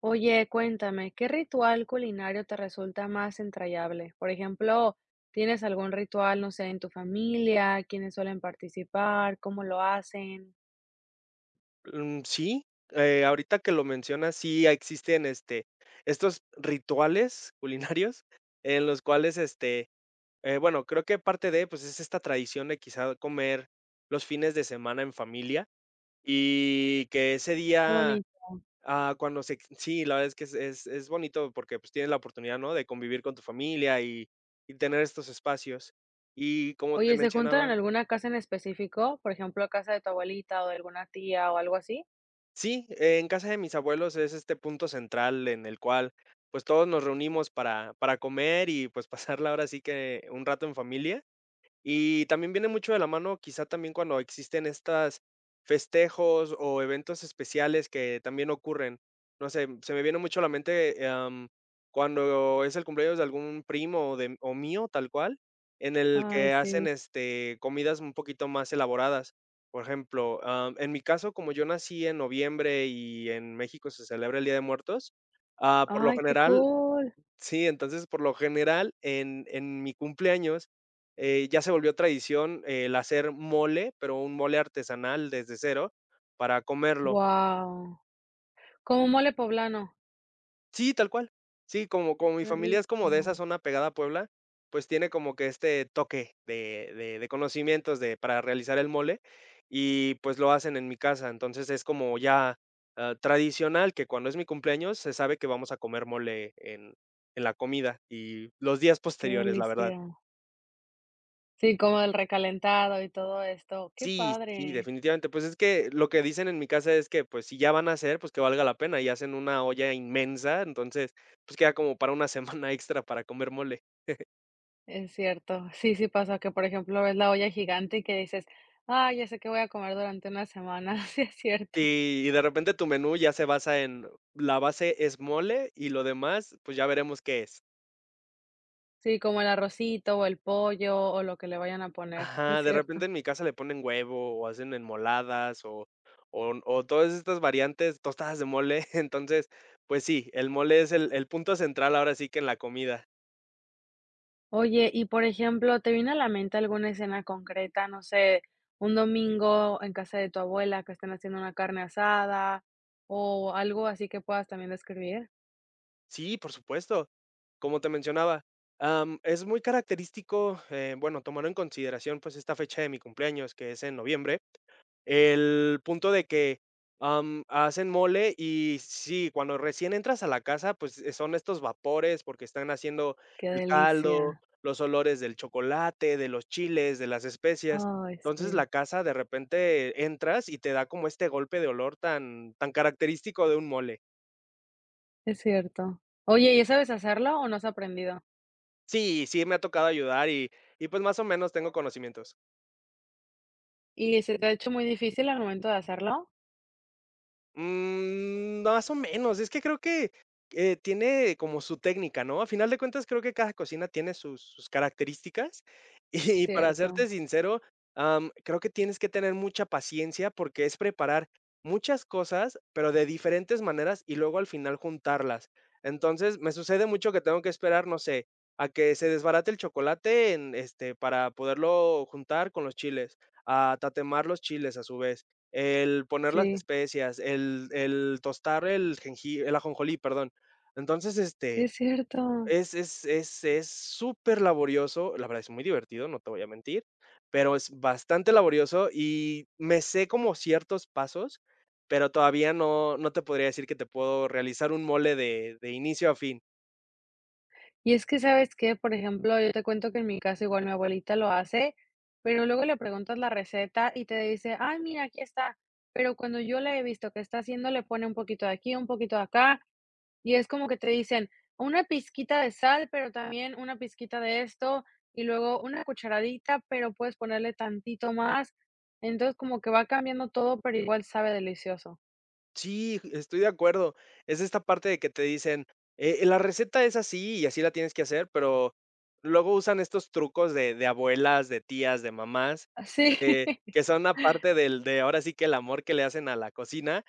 Oye, cuéntame, ¿qué ritual culinario te resulta más entrañable? Por ejemplo, ¿tienes algún ritual, no sé, en tu familia? ¿Quiénes suelen participar? ¿Cómo lo hacen? Mm, sí, ahorita que lo mencionas, sí existen, estos rituales culinarios en los cuales, bueno, creo que parte de, pues, es esta tradición de quizá comer los fines de semana en familia y que ese Qué día, bonito. Cuando se sí, la verdad es que es bonito porque, pues, tienes la oportunidad, ¿no?, de convivir con tu familia y tener estos espacios. Y como te Oye, ¿se juntan en mencionaba. alguna casa en específico? Por ejemplo, casa de tu abuelita o de alguna tía o algo así. Sí, en casa de mis abuelos es este punto central en el cual, pues, todos nos reunimos para comer y, pues, pasarla ahora sí que un rato en familia. Y también viene mucho de la mano, quizá también cuando existen estas festejos o eventos especiales que también ocurren. No sé, se me viene mucho a la mente, cuando es el cumpleaños de algún primo o de o mío, tal cual, en el Ay, que sí. hacen, comidas un poquito más elaboradas. Por ejemplo, en mi caso, como yo nací en noviembre y en México se celebra el Día de Muertos, por lo Ay, qué general. cool. Sí, entonces, por lo general, en mi cumpleaños, ya se volvió tradición el hacer mole, pero un mole artesanal desde cero para comerlo. Wow. Como mole poblano. Sí, tal cual. Sí, como mi Qué familia rico. es como de esa zona pegada a Puebla, pues tiene como que este toque de conocimientos de para realizar el mole y, pues, lo hacen en mi casa. Entonces, es como ya, tradicional que cuando es mi cumpleaños se sabe que vamos a comer mole en la comida y los días Qué posteriores, la verdad. delicia. Sí, como el recalentado y todo esto. Qué Sí, sí, padre. definitivamente. Pues es que lo que dicen en mi casa es que, pues, si ya van a hacer, pues que valga la pena, y hacen una olla inmensa, entonces, pues queda como para una semana extra para comer mole. Es cierto. Sí, sí pasa que, por ejemplo, ves la olla gigante y que dices: "Ah, ya sé qué voy a comer durante una semana". Sí, es cierto. Y de repente tu menú ya se basa en la base es mole y lo demás, pues ya veremos qué es. Sí, como el arrocito, o el pollo, o lo que le vayan a poner. Es Ajá, de cierto. repente en mi casa le ponen huevo o hacen enmoladas o todas estas variantes, tostadas de mole. Entonces, pues sí, el mole es el punto central ahora sí que en la comida. Oye, y por ejemplo, ¿te viene a la mente alguna escena concreta? No sé, un domingo en casa de tu abuela que estén haciendo una carne asada, o algo así que puedas también describir. Sí, por supuesto. Como te mencionaba, es muy característico, bueno, tomando en consideración pues esta fecha de mi cumpleaños, que es en noviembre, el punto de que hacen mole y sí, cuando recién entras a la casa, pues son estos vapores porque están haciendo Qué el caldo, delicia. los olores del chocolate, de los chiles, de las especias. Ay, Entonces sí, la casa de repente entras y te da como este golpe de olor tan, tan característico de un mole. es cierto. Oye, ¿y sabes hacerlo o no has aprendido? Sí, sí me ha tocado ayudar y pues, más o menos tengo conocimientos. ¿Y se te ha hecho muy difícil al momento de hacerlo? Mm, más o menos, es que creo que, tiene como su técnica, ¿no? A final de cuentas, creo que cada cocina tiene sus características, y para serte Cierto, sincero, creo que tienes que tener mucha paciencia, porque es preparar muchas cosas, pero de diferentes maneras, y luego al final juntarlas. Entonces, me sucede mucho que tengo que esperar, no sé, a que se desbarate el chocolate para poderlo juntar con los chiles, a tatemar los chiles a su vez, el poner las sí, especias, el tostar el jenji el ajonjolí, perdón. Entonces, es cierto. es súper laborioso, la verdad es muy divertido, no te voy a mentir, pero es bastante laborioso y me sé como ciertos pasos, pero todavía no te podría decir que te puedo realizar un mole de inicio a fin. Y es que, ¿sabes qué? Por ejemplo, yo te cuento que en mi casa igual mi abuelita lo hace, pero luego le preguntas la receta y te dice: "Ay, mira, aquí está". Pero cuando yo la he visto que está haciendo, le pone un poquito de aquí, un poquito de acá, y es como que te dicen: "Una pizquita de sal, pero también una pizquita de esto, y luego una cucharadita, pero puedes ponerle tantito más". Entonces, como que va cambiando todo, pero igual sabe delicioso. Sí, estoy de acuerdo. Es esta parte de que te dicen, la receta es así y así la tienes que hacer, pero luego usan estos trucos de abuelas, de tías, de mamás, Sí. eh, que son aparte del de ahora sí que el amor que le hacen a la cocina,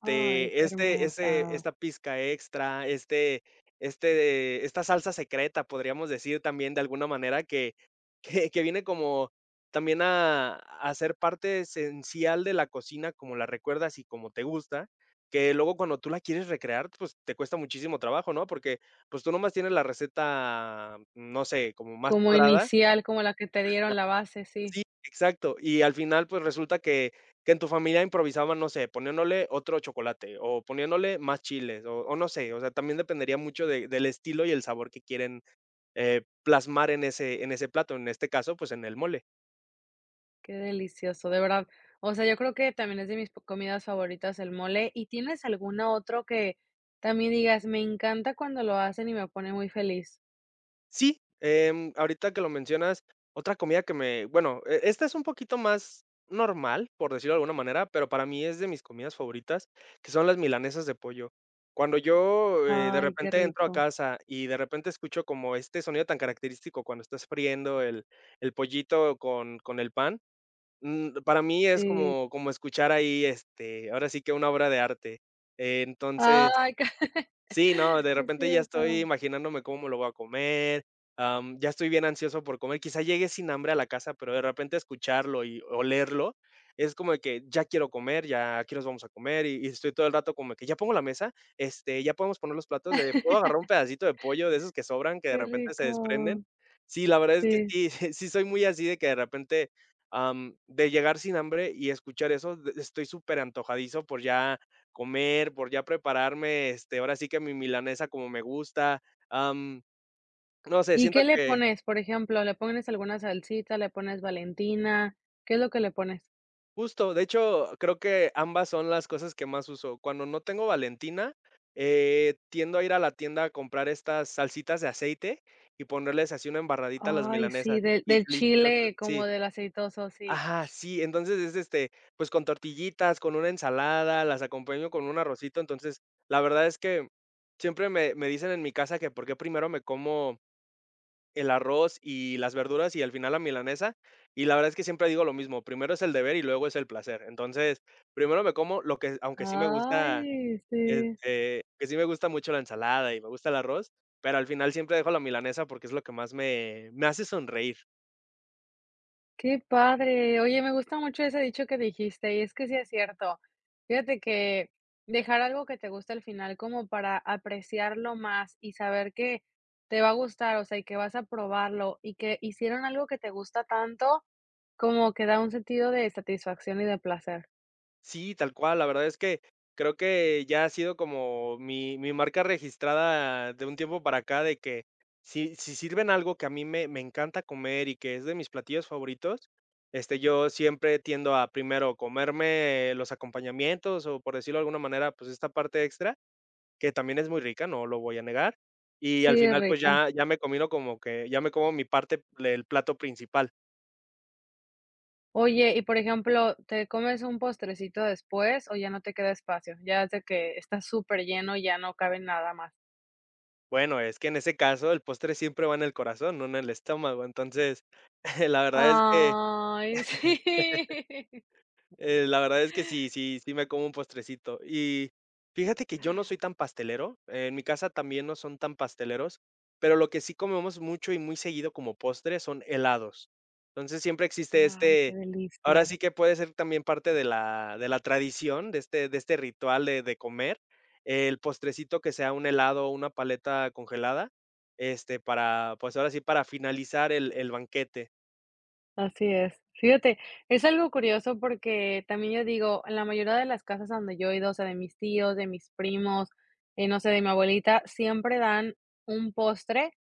Ay, qué este ese hermosa. esta pizca extra, esta salsa secreta, podríamos decir también de alguna manera que viene como también a ser parte esencial de la cocina, como la recuerdas y como te gusta, que luego cuando tú la quieres recrear, pues, te cuesta muchísimo trabajo, ¿no? Porque, pues, tú nomás tienes la receta, no sé, como más Como cuadrada. inicial, como la que te dieron la base, sí, Sí, exacto. Y al final, pues, resulta que en tu familia improvisaban, no sé, poniéndole otro chocolate, o poniéndole más chiles, o no sé, o sea, también dependería mucho de del estilo y el sabor que quieren, plasmar en ese plato, en este caso, pues, en el mole. qué delicioso, de verdad. O sea, yo creo que también es de mis po- comidas favoritas el mole. ¿Y tienes alguna otro que también digas, me encanta cuando lo hacen y me pone muy feliz? Sí, ahorita que lo mencionas, otra comida que me bueno, esta es un poquito más normal, por decirlo de alguna manera, pero para mí es de mis comidas favoritas, que son las milanesas de pollo. Cuando yo, de Ay, qué repente entro a rico. casa y de repente escucho como este sonido tan característico cuando estás friendo el pollito con el pan, para mí es Sí. como escuchar ahí, ahora sí que una obra de arte. Entonces. Ay, qué Sí, no, de es repente ya estoy cierto. imaginándome cómo me lo voy a comer, ya estoy bien ansioso por comer, quizá llegue sin hambre a la casa, pero de repente escucharlo y olerlo es como de que ya quiero comer, ya aquí nos vamos a comer y estoy todo el rato como que ya pongo la mesa, ya podemos poner los platos de puedo agarrar un pedacito de pollo de esos que sobran, que de Qué repente se desprenden. rico. Sí, la verdad es que Sí. sí, sí soy muy así de que de repente, de llegar sin hambre y escuchar eso, estoy súper antojadizo por ya comer, por ya prepararme, ahora sí que mi milanesa como me gusta. Am, no sé, ¿Y siento qué le que pones? Por ejemplo, ¿le pones alguna salsita? ¿Le pones Valentina? ¿Qué es lo que le pones? justo, de hecho, creo que ambas son las cosas que más uso. Cuando no tengo Valentina, tiendo a ir a la tienda a comprar estas salsitas de aceite y ponerles así una embarradita a las Ay, sí, milanesas. del Y del deliciosas, chile como sí. del aceitoso, sí. Ajá, sí, entonces es, pues, con tortillitas, con una ensalada, las acompaño con un arrocito. Entonces, la verdad es que siempre me dicen en mi casa que por qué primero me como el arroz y las verduras y al final la milanesa. Y la verdad es que siempre digo lo mismo, primero es el deber y luego es el placer. Entonces, primero me como lo que, aunque sí me gusta, Ay, sí, que sí me gusta mucho la ensalada y me gusta el arroz, pero al final siempre dejo la milanesa porque es lo que más me hace sonreír. qué padre. Oye, me gusta mucho ese dicho que dijiste, y es que sí es cierto. Fíjate que dejar algo que te gusta al final como para apreciarlo más y saber que te va a gustar, o sea, y que vas a probarlo y que hicieron algo que te gusta tanto, como que da un sentido de satisfacción y de placer. Sí, tal cual, la verdad es que creo que ya ha sido como mi marca registrada de un tiempo para acá, de que si sirven algo que a mí me encanta comer y que es de mis platillos favoritos, yo siempre tiendo a primero comerme los acompañamientos o, por decirlo de alguna manera, pues, esta parte extra, que también es muy rica, no lo voy a negar, y al Sí, es final, pues, rica. ya me combino como que ya me como mi parte del plato principal. Oye, y por ejemplo, ¿te comes un postrecito después o ya no te queda espacio? Ya es de que está superlleno y ya no cabe nada más. Bueno, es que en ese caso el postre siempre va en el corazón, no en el estómago. Entonces, la verdad es que Ay, sí. La verdad es que sí, sí, sí me como un postrecito. Y fíjate que yo no soy tan pastelero, en mi casa también no son tan pasteleros, pero lo que sí comemos mucho y muy seguido como postre son helados. Entonces siempre existe Ay, qué ahora delicia. sí que puede ser también parte de la tradición, de este ritual de comer, el postrecito que sea un helado o una paleta congelada, para, pues ahora sí, para finalizar el banquete. Así es. Fíjate, es algo curioso porque también yo digo, en la mayoría de las casas donde yo he ido, o sea, de mis tíos, de mis primos, no sé, de mi abuelita, siempre dan un postre,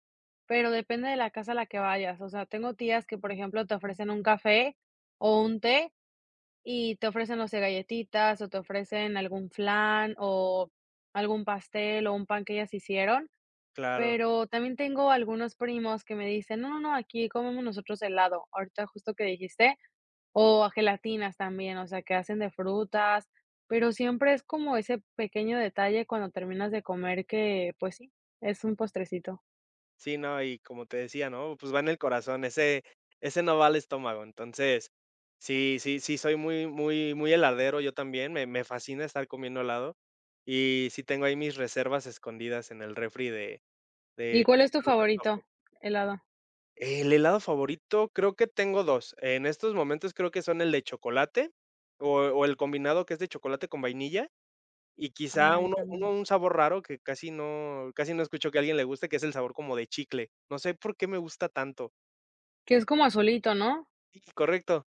pero depende de la casa a la que vayas. O sea, tengo tías que, por ejemplo, te ofrecen un café o un té. Y te ofrecen, no sé, galletitas o te ofrecen algún flan o algún pastel o un pan que ellas hicieron, Claro. pero también tengo algunos primos que me dicen: "No, no, no, aquí comemos nosotros helado", ahorita justo que dijiste, o a gelatinas también, o sea, que hacen de frutas, pero siempre es como ese pequeño detalle cuando terminas de comer que, pues sí, es un postrecito. Sí, no, y como te decía, ¿no? Pues va en el corazón, ese no va al estómago. Entonces, sí, sí, sí, soy muy muy muy heladero yo también, me fascina estar comiendo helado, y sí tengo ahí mis reservas escondidas en el refri de ¿Y de cuál es tu los favorito antojos. helado? El helado favorito, creo que tengo 2. En estos momentos creo que son el de chocolate, o el combinado que es de chocolate con vainilla. Y quizá. Claro. Ay, uno uno también. un sabor raro que casi no escucho que a alguien le guste, que es el sabor como de chicle. No sé por qué me gusta tanto. Que es como azulito, ¿no? Sí, correcto.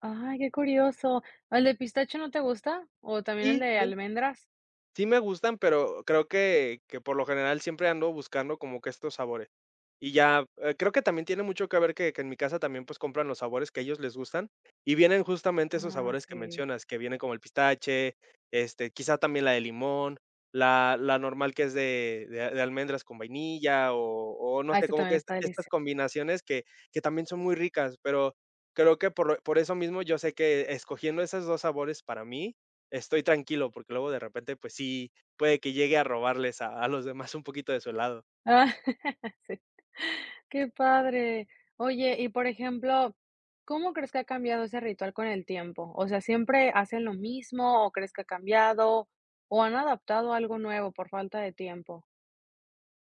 Ay, qué curioso. ¿El de pistacho no te gusta? ¿O también el Y de almendras? sí me gustan, pero creo que por lo general siempre ando buscando como que estos sabores. Y ya, creo que también tiene mucho que ver que en mi casa también, pues, compran los sabores que a ellos les gustan, y vienen justamente esos Ah, sabores que sí. mencionas, que vienen como el pistache, quizá también la de limón, la normal que es de de almendras con vainilla o no Ah, sé, este como también que está estas delicioso. combinaciones que también son muy ricas, pero creo que por eso mismo yo sé que escogiendo esos 2 sabores para mí estoy tranquilo, porque luego de repente, pues sí, puede que llegue a robarles a los demás un poquito de su helado. Ah, sí. Qué padre. Oye, y por ejemplo, ¿cómo crees que ha cambiado ese ritual con el tiempo? O sea, ¿siempre hacen lo mismo o crees que ha cambiado o han adaptado algo nuevo por falta de tiempo?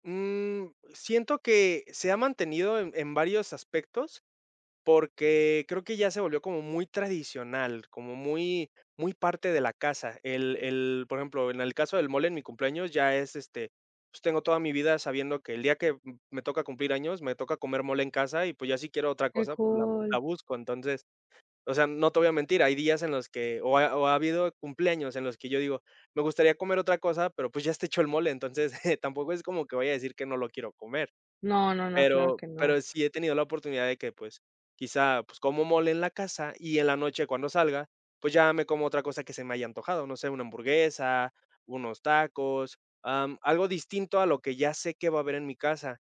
Siento que se ha mantenido en varios aspectos, porque creo que ya se volvió como muy tradicional, como muy parte de la casa. El, por ejemplo, en el caso del mole en mi cumpleaños ya es, pues, tengo toda mi vida sabiendo que el día que m me toca cumplir años, me toca comer mole en casa y, pues, ya si quiero otra Qué cosa, pues, cool. la busco. Entonces, o sea, no te voy a mentir, hay días en los que o ha habido cumpleaños en los que yo digo: "Me gustaría comer otra cosa", pero, pues, ya está hecho el mole, entonces, tampoco es como que vaya a decir que no lo quiero comer. No, no, no, claro Pero que no. pero sí he tenido la oportunidad de que, pues, quizá, pues, como mole en la casa y en la noche cuando salga, pues, ya me como otra cosa que se me haya antojado, no sé, una hamburguesa, unos tacos, algo distinto a lo que ya sé que va a haber en mi casa.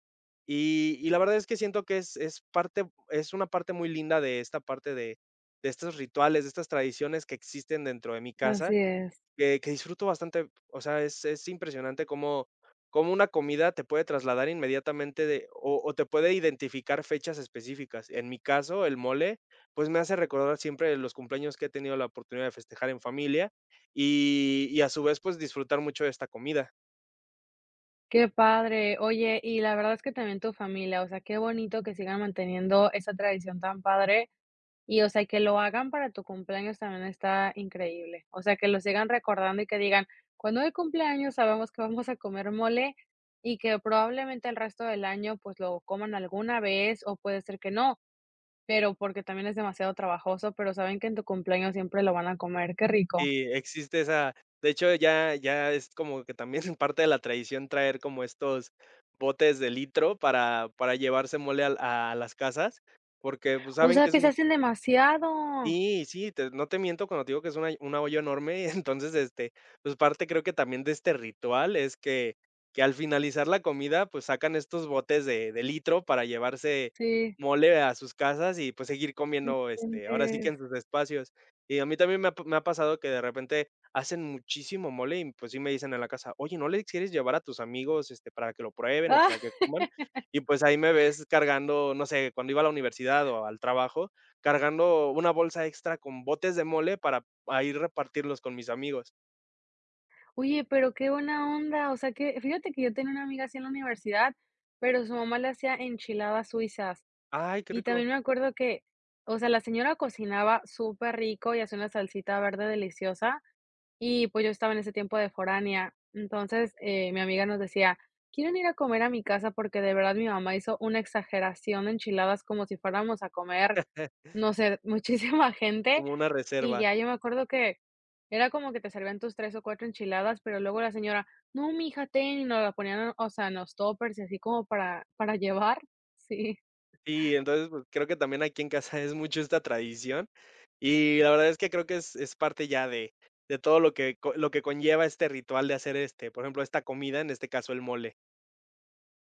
Y la verdad es que siento que es parte, es una parte muy linda de esta parte de estos rituales, de estas tradiciones que existen dentro de mi casa, Así es. que disfruto bastante. O sea, es impresionante cómo una comida te puede trasladar inmediatamente de o te puede identificar fechas específicas. En mi caso, el mole, pues, me hace recordar siempre los cumpleaños que he tenido la oportunidad de festejar en familia y a su vez, pues, disfrutar mucho de esta comida. Qué padre. Oye, y la verdad es que también tu familia, o sea, qué bonito que sigan manteniendo esa tradición tan padre y, o sea, que lo hagan para tu cumpleaños también está increíble. O sea, que lo sigan recordando y que digan, cuando hay cumpleaños sabemos que vamos a comer mole y que probablemente el resto del año pues lo coman alguna vez o puede ser que no, pero porque también es demasiado trabajoso, pero saben que en tu cumpleaños siempre lo van a comer, qué rico. Sí, existe esa, de hecho, ya ya es como que también parte de la tradición traer como estos botes de litro para llevarse mole al a las casas, porque, pues, O saben sea, que es... que se hacen demasiado. Sí, sí, te no te miento cuando te digo que es una olla enorme, entonces, pues, parte creo que también de este ritual es que al finalizar la comida, pues, sacan estos botes de litro para llevarse Sí. mole a sus casas y, pues, seguir No comiendo, ahora sí que inventes. en sus espacios. Y a mí también me ha pasado que de repente hacen muchísimo mole y, pues, sí me dicen en la casa: "Oye, ¿no le quieres llevar a tus amigos, para que lo prueben o para que coman?". Y, pues, ahí me ves cargando, no sé, cuando iba a la universidad o al trabajo, cargando una bolsa extra con botes de mole para a ir repartirlos con mis amigos. Oye, pero qué buena onda, o sea que fíjate que yo tenía una amiga así en la universidad, pero su mamá le hacía enchiladas suizas, Ay, qué y rico, también me acuerdo que, o sea, la señora cocinaba súper rico y hacía una salsita verde deliciosa, y pues yo estaba en ese tiempo de foránea, entonces, mi amiga nos decía: "¿Quieren ir a comer a mi casa?", porque de verdad mi mamá hizo una exageración de enchiladas como si fuéramos a comer, no sé, muchísima gente, como una y reserva. ya yo me acuerdo que era como que te servían tus 3 o 4 enchiladas, pero luego la señora: "No, mija, ten", y nos la ponían, o sea, en los toppers y así como para llevar. Sí, Y entonces, pues, creo que también aquí en casa es mucho esta tradición, y la verdad es que creo que es parte ya de todo lo que co lo que conlleva este ritual de hacer, por ejemplo, esta comida, en este caso, el mole.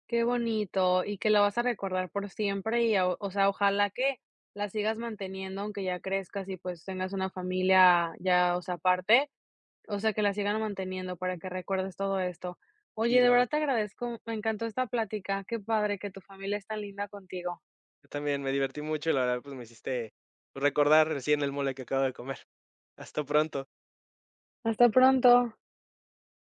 qué bonito, y que la vas a recordar por siempre y o sea, ojalá que la sigas manteniendo, aunque ya crezcas y, pues, tengas una familia ya, o sea, aparte, o sea, que la sigan manteniendo para que recuerdes todo esto. Y Oye, de la verdad verdad, te agradezco, me encantó esta plática, qué padre que tu familia es tan linda contigo. yo también me divertí mucho y la verdad, pues, me hiciste recordar recién el mole que acabo de comer. Hasta pronto. Hasta pronto.